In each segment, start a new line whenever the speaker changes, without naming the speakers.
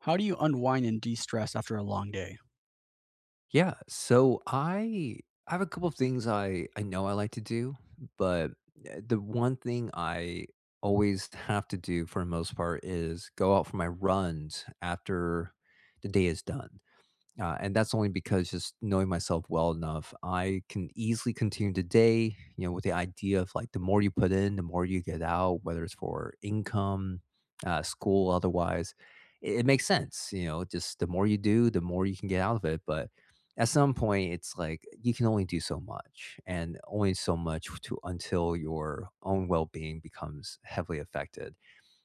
How do you unwind and de-stress after a long day?
Yeah, so I have a couple of things I know I like to do, but the one thing I always have to do for the most part is go out for my runs after the day is done. And that's only because just knowing myself well enough, I can easily continue today, you know, with the idea of like the more you put in, the more you get out, whether it's for income, school, otherwise. It makes sense, you know, just the more you do, the more you can get out of it. But at some point, it's like you can only do so much and only so much to until your own well being becomes heavily affected.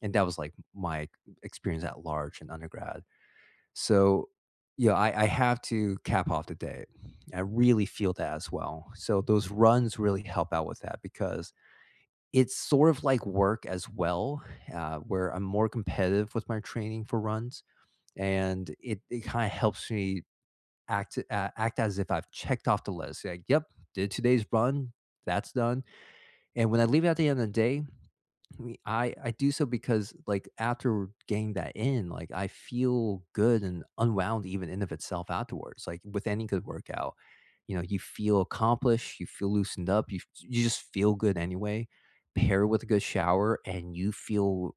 And that was like my experience at large in undergrad. So, yeah, I have to cap off the day. I really feel that as well. So those runs really help out with that because it's sort of like work as well, where I'm more competitive with my training for runs, and it kind of helps me act act as if I've checked off the list. Like, yep, did today's run, that's done. And when I leave it at the end of the day, I do so because like after getting that in, like I feel good and unwound even in of itself afterwards. Like with any good workout, you know, you feel accomplished, you feel loosened up, you just feel good anyway. Pair with a good shower, and you feel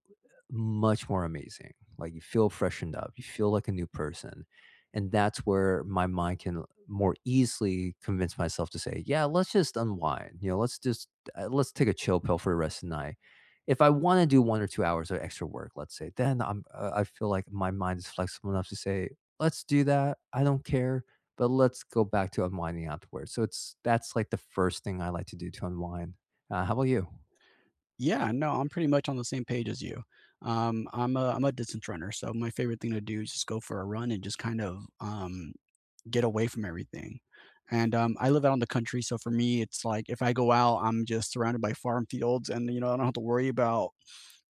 much more amazing. Like you feel freshened up, you feel like a new person, and that's where my mind can more easily convince myself to say, yeah, let's just unwind. You know, let's take a chill pill for the rest of the night. If I want to do 1 or 2 hours of extra work, let's say, then I feel like my mind is flexible enough to say, "Let's do that. I don't care, but let's go back to unwinding afterwards." So it's that's, like, the first thing I like to do to unwind. How about you?
Yeah, no, I'm pretty much on the same page as you. I'm a distance runner, so my favorite thing to do is just go for a run and just kind of get away from everything. And I live out in the country, so for me, it's like if I go out, I'm just surrounded by farm fields, and I don't have to worry about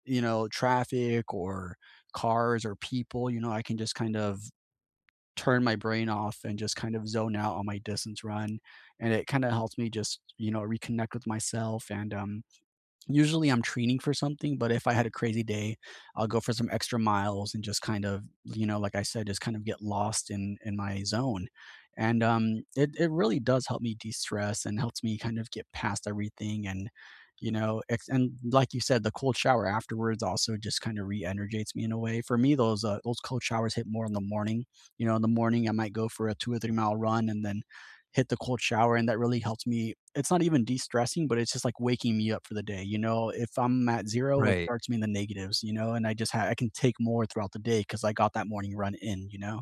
traffic or cars or people. I can just kind of turn my brain off and just kind of zone out on my distance run, and it kind of helps me just reconnect with myself. And usually I'm training for something, but if I had a crazy day, I'll go for some extra miles and just kind of, like I said, just kind of get lost in my zone. And it really does help me de-stress and helps me kind of get past everything. And like you said, the cold shower afterwards also just kind of re-energizes me in a way. For me, those cold showers hit more in the morning. You know, in the morning I might go for a 2 or 3 mile run and then hit the cold shower, and that really helps me. It's not even de-stressing, but it's just like waking me up for the day. You know, if I'm at zero, it
Right.
starts me in the negatives, you know, and I can take more throughout the day because I got that morning run in.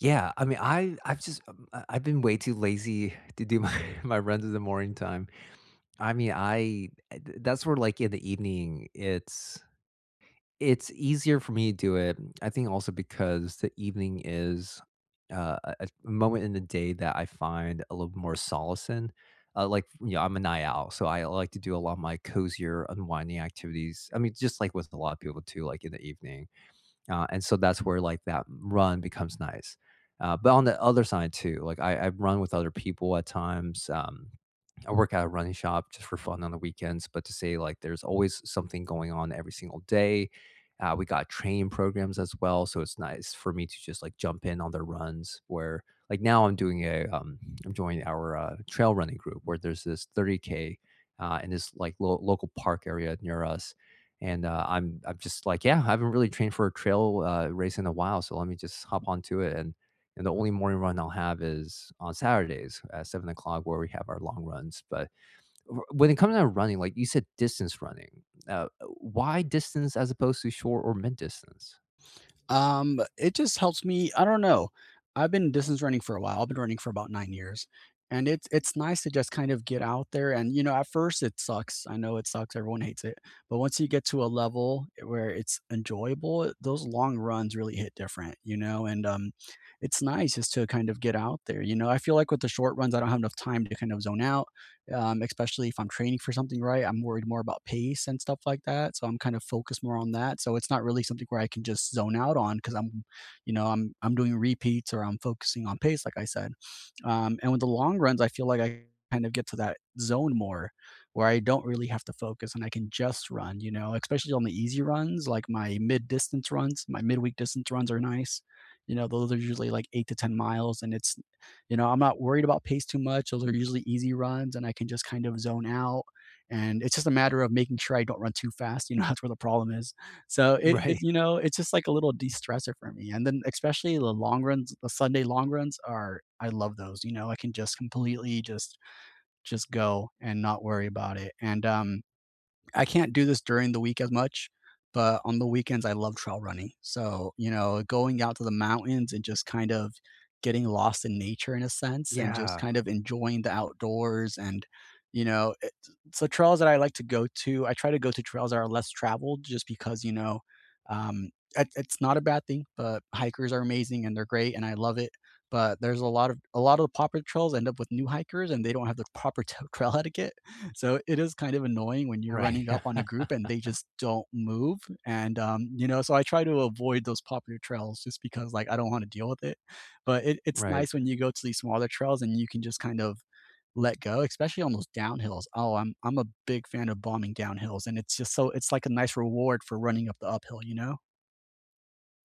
Yeah, I mean, I've just, I've been way too lazy to do my my runs in the morning time. I mean, I eh, th that's where, like, in the evening, it's easier for me to do it, I think also because the evening is, a moment in the day that I find a little more solace in. Like, you know, I'm a night owl, so I like to do a lot of my cozier unwinding activities. I mean, just like with a lot of people too, like in the evening, and so that's where like that run becomes nice. But on the other side too, like I run with other people at times. I work at a running shop just for fun on the weekends, but to say like there's always something going on every single day. We got training programs as well, so it's nice for me to just like jump in on their runs. Where like now I'm doing a I'm joining our trail running group where there's this 30K in this like local park area near us, and I'm just like, yeah, I haven't really trained for a trail race in a while, so let me just hop onto it. And the only morning run I'll have is on Saturdays at 7 o'clock where we have our long runs. But when it comes to running, like you said, distance running, uh, why distance as opposed to short or mid distance?
It just helps me. I don't know. I've been distance running for a while. I've been running for about 9 years, and it's nice to just kind of get out there. And at first it sucks. I know it sucks. Everyone hates it. But once you get to a level where it's enjoyable, those long runs really hit different. And it's nice just to kind of get out there. I feel like with the short runs, I don't have enough time to kind of zone out, especially if I'm training for something, right? I'm worried more about pace and stuff like that. So I'm kind of focused more on that. So it's not really something where I can just zone out on because I'm doing repeats, or I'm focusing on pace, like I said. And with the long runs, I feel like I kind of get to that zone more, where I don't really have to focus and I can just run, especially on the easy runs. Like my mid distance runs, my midweek distance runs are nice. You know, those are usually like 8 to 10 miles, and I'm not worried about pace too much. Those are usually easy runs and I can just kind of zone out. And it's just a matter of making sure I don't run too fast. That's where the problem is. So it, it
Right.
you know, it's just like a little de-stressor for me. And then, especially the long runs, the Sunday long runs are— I love those. I can just completely just go and not worry about it. And I can't do this during the week as much, but on the weekends, I love trail running. So, going out to the mountains and just kind of getting lost in nature in a sense and just
Yeah.
kind of enjoying the outdoors, and you know it. So trails that I like to go to, I try to go to trails that are less traveled, just because um it's not a bad thing, but hikers are amazing and they're great and I love it. But there's a lot of the popular trails end up with new hikers, and they don't have the proper trail etiquette, so it is kind of annoying when you're
Right.
running up on a group and they just don't move. So I try to avoid those popular trails just because, like, I don't want to deal with it. But it's
Right.
nice when you go to these smaller trails and you can just kind of let go, especially on those downhills. Oh, I'm a big fan of bombing downhills, and it's just— so it's like a nice reward for running up the uphill.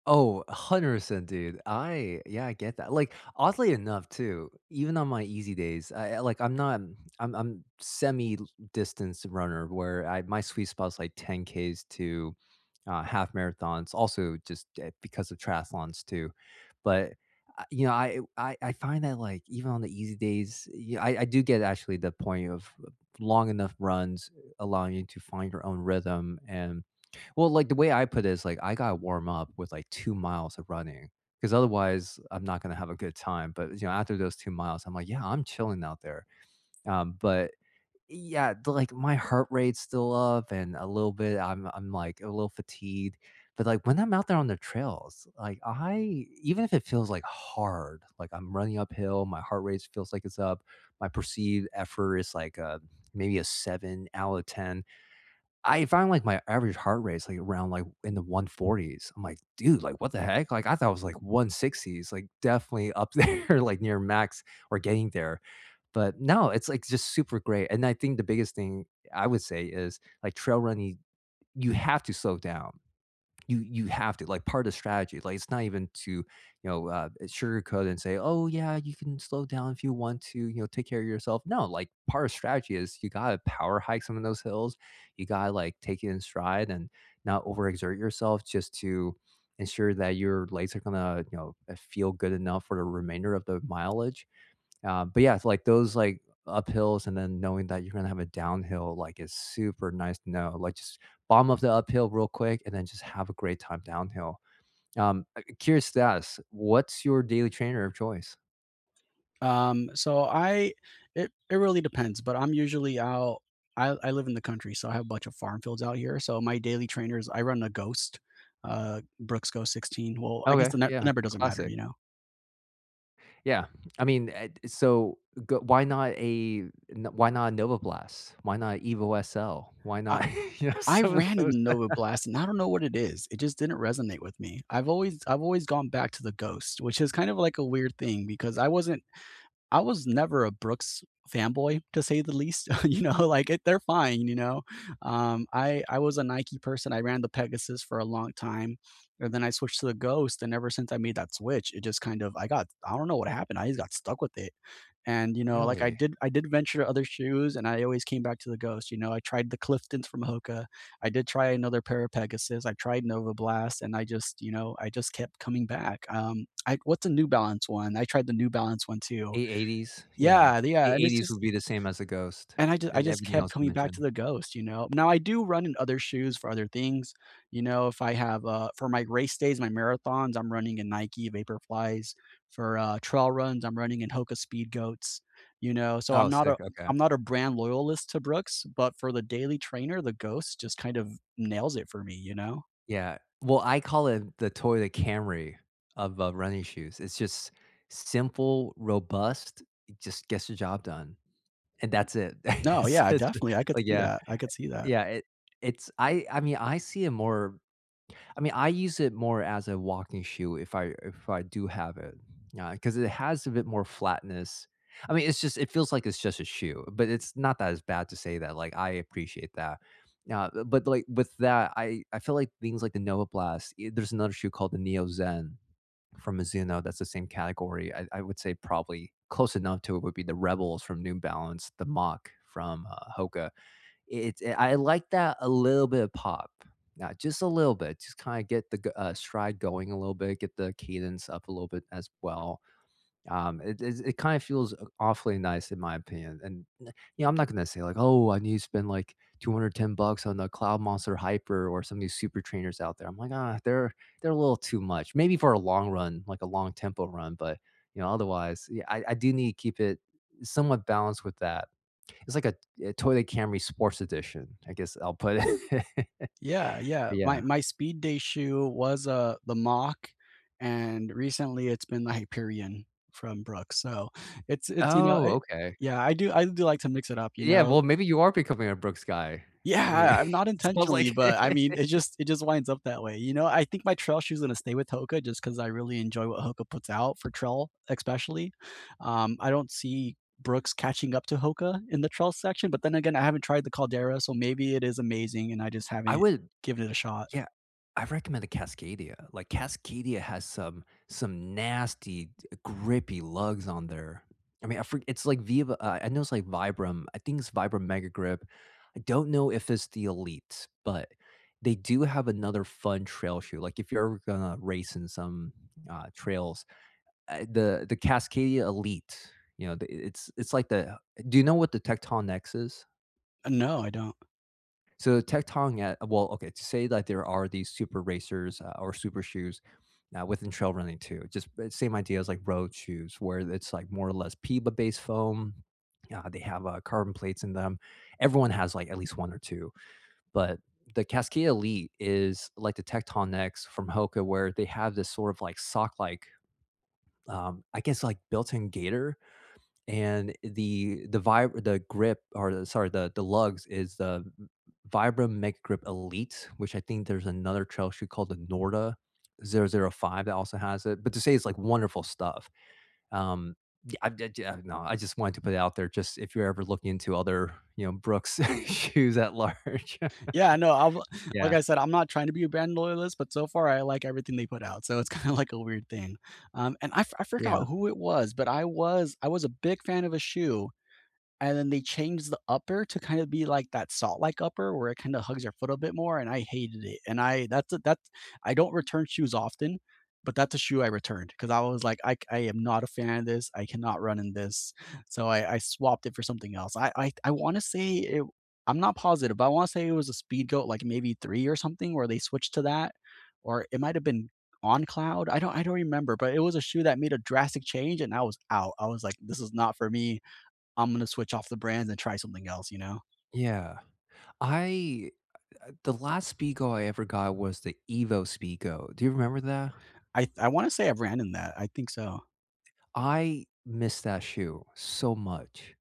Oh, 100%, dude. I Yeah, I get that. Like, oddly enough, too, even on my easy days, like I'm not, I'm distance runner where I my sweet spot's like 10 Ks to half marathons, also just because of triathlons too. But you know, I find that like even on the easy days, yeah, I do get actually the point of long enough runs allowing you to find your own rhythm and, well, like, the way I put it is, like, I gotta warm up with, like, 2 miles of running because otherwise, I'm not gonna have a good time, but, you know, after those 2 miles, I'm like, "Yeah, I'm chilling out there." But yeah, the, like, my heart rate's still up and a little bit I'm, like, a little fatigued, but, like, when I'm out there on the trails, like, I even if it feels, like, hard, like, I'm running uphill, my heart rate feels like it's up, my perceived effort is, like, a maybe a 7 out of 10, I found, like, my average heart rate's, like, around, like, in the 140s. I'm like, "Dude, like, what the heck?" Like, I thought it was, like, 160s, like, definitely up there, like, near max or getting there. But no, it's, like, just super great, and I think the biggest thing I would say is, like, trail running, you have to slow down. You have to, like, part of strategy, like, it's not even to, you know, sugarcoat and say, oh, yeah, you can slow down if you want to, you know, take care of yourself. No, like, part of strategy is you gotta power hike some of those hills, you gotta like take it in stride and not overexert yourself just to ensure that your legs are gonna, you know, feel good enough for the remainder of the mileage. But yeah, it's like those like uphills and then knowing that you're gonna have a downhill, like, is super nice to know. Like, just bomb up the uphill real quick and then just have a great time downhill. Curious to ask, what's your daily trainer of choice?
So I it it really depends, but I'm usually out. I live in the country, so I have a bunch of farm fields out here. So my daily trainers, I run a Ghost, Brooks Ghost 16. Well, I guess
Okay,
the, the
yeah,
number doesn't matter,
classic.
you know.
Yeah, I mean, eh, so go why not a n why not a Nova Blast? Why not Evo SL? Why
I
not, you know,
I
some of
ran in
those?
the Nova Blast, and I don't know what it is. It just didn't resonate with me. I've always gone back to the Ghost, which is kind of like a weird thing because I was never a Brooks fanboy, to say the least, you know, like, it they're fine, you know? I was a Nike person. I ran the Pegasus for a long time, and then I switched to the Ghost, and ever since I made that switch, it just kind of— I don't know what happened, I just got stuck with it. And, like, I
Really?
did I did venture to other shoes, and I always came back to the Ghost, you know? I tried the Cliftons from Hoka, I did try another pair of Pegasus, I tried Nova Blast, and I just kept coming back. I What's a New Balance one? I tried the New Balance one too,
A80s? Yeah.
yeah, yeah, and it's
A80s
just—
would be the same as a Ghost
and I just I
and
just
everything
kept
else you
coming back to
mentioned.
the Ghost, you know? Now I do run in other shoes for other things. If I have, for my race days, my marathons, I'm running in Nike Vaporflies. For, trail runs, I'm running in Hoka Speed Goats, you know? So I'm
Oh,
not a
sick, okay.
I'm not a brand loyalist to Brooks, but for the daily trainer, the Ghost just kind of nails it for me, you know?
Yeah. Well, I call it the Toyota Camry of, running shoes. It's just simple, robust, it just gets the job done, and that's it.
No,
It's
yeah,
it's just-
definitely, I could
like,
see
yeah.
that, I could see that.
Yeah, it's I mean, I see it more. I mean, I use it more as a walking shoe if I do have it. Yeah, because it has a bit more flatness. I mean, it's just it feels like it's just a shoe, but it's not that as bad to say that, like, I appreciate that. Yeah, but, like, with that, I feel like things like the Nova Blast, eh, there's another shoe called the Neo Zen from Mizuno that's the same category. I would say probably close enough to it would be the Rebels from New Balance, the Mach from, Hoka. It, I like that a little bit of pop, just a little bit, just kind of get the stride going a little bit, get the cadence up a little bit as well. It kind of feels awfully nice in my opinion, and, you know, I'm not gonna say like, "Oh, I need to spend, like, 210 bucks on the Cloud Monster Hyper or some of these super trainers out there." I'm like, "Ah, they're a little too much." Maybe for a long run, like a long tempo run, but, you know, otherwise, yeah, I do need to keep it somewhat balanced with that. It's like a Toyota Camry Sports Edition, I guess I'll put it.
Yeah, yeah. My
Yeah.
my speed day shoe was, the Mach, and recently it's been the Hyperion from Brooks, so it's, you know,
Oh,
it
okay.
yeah, I do like to mix it up, you
Yeah,
know?
well, maybe you are becoming a Brooks guy. I mean,
Yeah, I'm
it
not
sounds like.
intentionally, but I mean, it just it just winds up that way, you know? I think my trail shoe's gonna stay with Hoka just because I really enjoy what Hoka puts out for trail especially. I don't see Brooks catching up to Hoka in the trail section, but then again, I haven't tried the Caldera, so maybe it is amazing and I just
I
haven't
would
given it a shot.
Yeah, I recommend a Cascadia. Like, Cascadia has some nasty, d grippy lugs on there. I mean, I for it's like Viva I know it's like Vibram. I think it's Vibram Mega Grip. I don't know if it's the Elite, but they do have another fun trail shoe. Like, if you're ever gonna race in some, trails, the Cascadia Elite, you know, the it's like the, do you know what the Tecton X is?
No, I don't.
So Tectong at well, okay, to say that there are these super racers or super shoes within trail running too. Just same idea as like road shoes, where it's like more or less PIBA based foam. They have carbon plates in them. Everyone has like at least one or two, but the Cascade Elite is like the Tecton X from Hoka, where they have this sort of like sock like, I guess, like, built in gaiter. And the vib the grip, or the, sorry, the lugs is the Vibram Mega Grip Elite, which I think there's another trail shoe called the Norda 005 that also has it, but to say it's, like, wonderful stuff. Um, yeah, I d d no, I just wanted to put it out there just if you're ever looking into other, you know, Brooks shoes at large.
Yeah, no, I've like
Yeah.
I said, I'm not trying to be a brand loyalist, but so far I like everything they put out, so it's kinda like a weird thing. And I forgot
Yeah.
who it was, but I was a big fan of a shoe. And then they changed the upper to kind of be like that salt-like upper, where it kinda hugs your foot a bit more, and I hated it. And I that's a that's I don't return shoes often, but that's a shoe I returned because I was like, "I am not a fan of this, I cannot run in this." So I swapped it for something else. I wanna say it— I'm not positive, but I wanna say it was a Speedgoat, like, maybe 3 or something, where they switched to that, or it might have been On Cloud. I don't remember, but it was a shoe that made a drastic change, and I was out. I was like, "This is not for me. I'm gonna switch off the brands and try something else, you know?"
Yeah. I The last Speedgo I ever got was the Evo Speedgo. Do you remember that?
I wanna say I have ran in that. I think so.
I miss that shoe so much.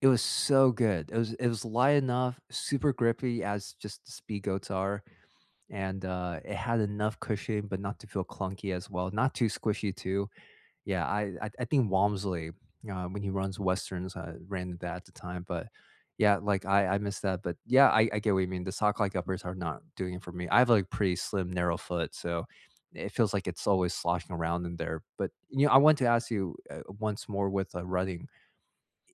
It was so good. It was light enough, super grippy as just the speed goats are, and it had enough cushioning, but not to feel clunky as well, not too squishy too. Yeah, I think Walmsley, when he runs Westerns, ran that at the time, but yeah, like, I missed that, but yeah, I get what you mean, the sock like uppers are not doing it for me. I have, like, pretty slim, narrow foot, so it feels like it's always sloshing around in there, but, you know, I want to ask you, once more, with, running,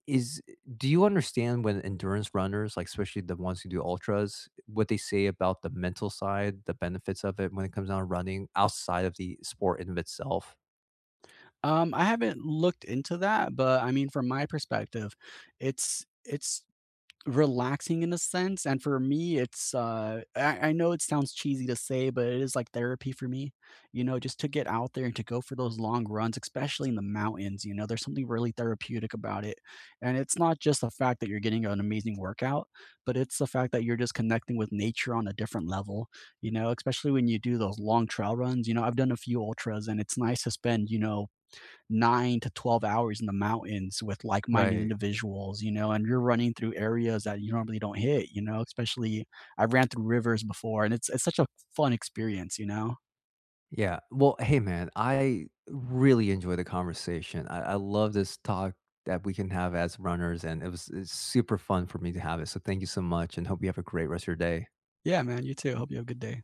is do you understand when endurance runners, like, especially the ones who do ultras, what they say about the mental side, the benefits of it when it comes down to running outside of the sport in of itself?
I haven't looked into that, but I mean, from my perspective, it's relaxing in a sense, and for me, it's, I know it sounds cheesy to say, but it is like therapy for me, just to get out there and to go for those long runs, especially in the mountains. There's something really therapeutic about it, and it's not just the fact that you're getting an amazing workout, but it's the fact that you're just connecting with nature on a different level. Especially when you do those long trail runs, I've done a few ultras, and it's nice to spend, 9 to 12 hours in the mountains with like minded
Right.
individuals, and you're running through areas that you normally don't hit, especially— I ran through rivers before, and it's such a fun experience, you know?
Yeah. Well, hey, man, I really enjoy the conversation. I love this talk that we can have as runners, and it's super fun for me to have it. So thank you so much, and hope you have a great rest of your day.
Yeah, man, you too. Hope you have a good day.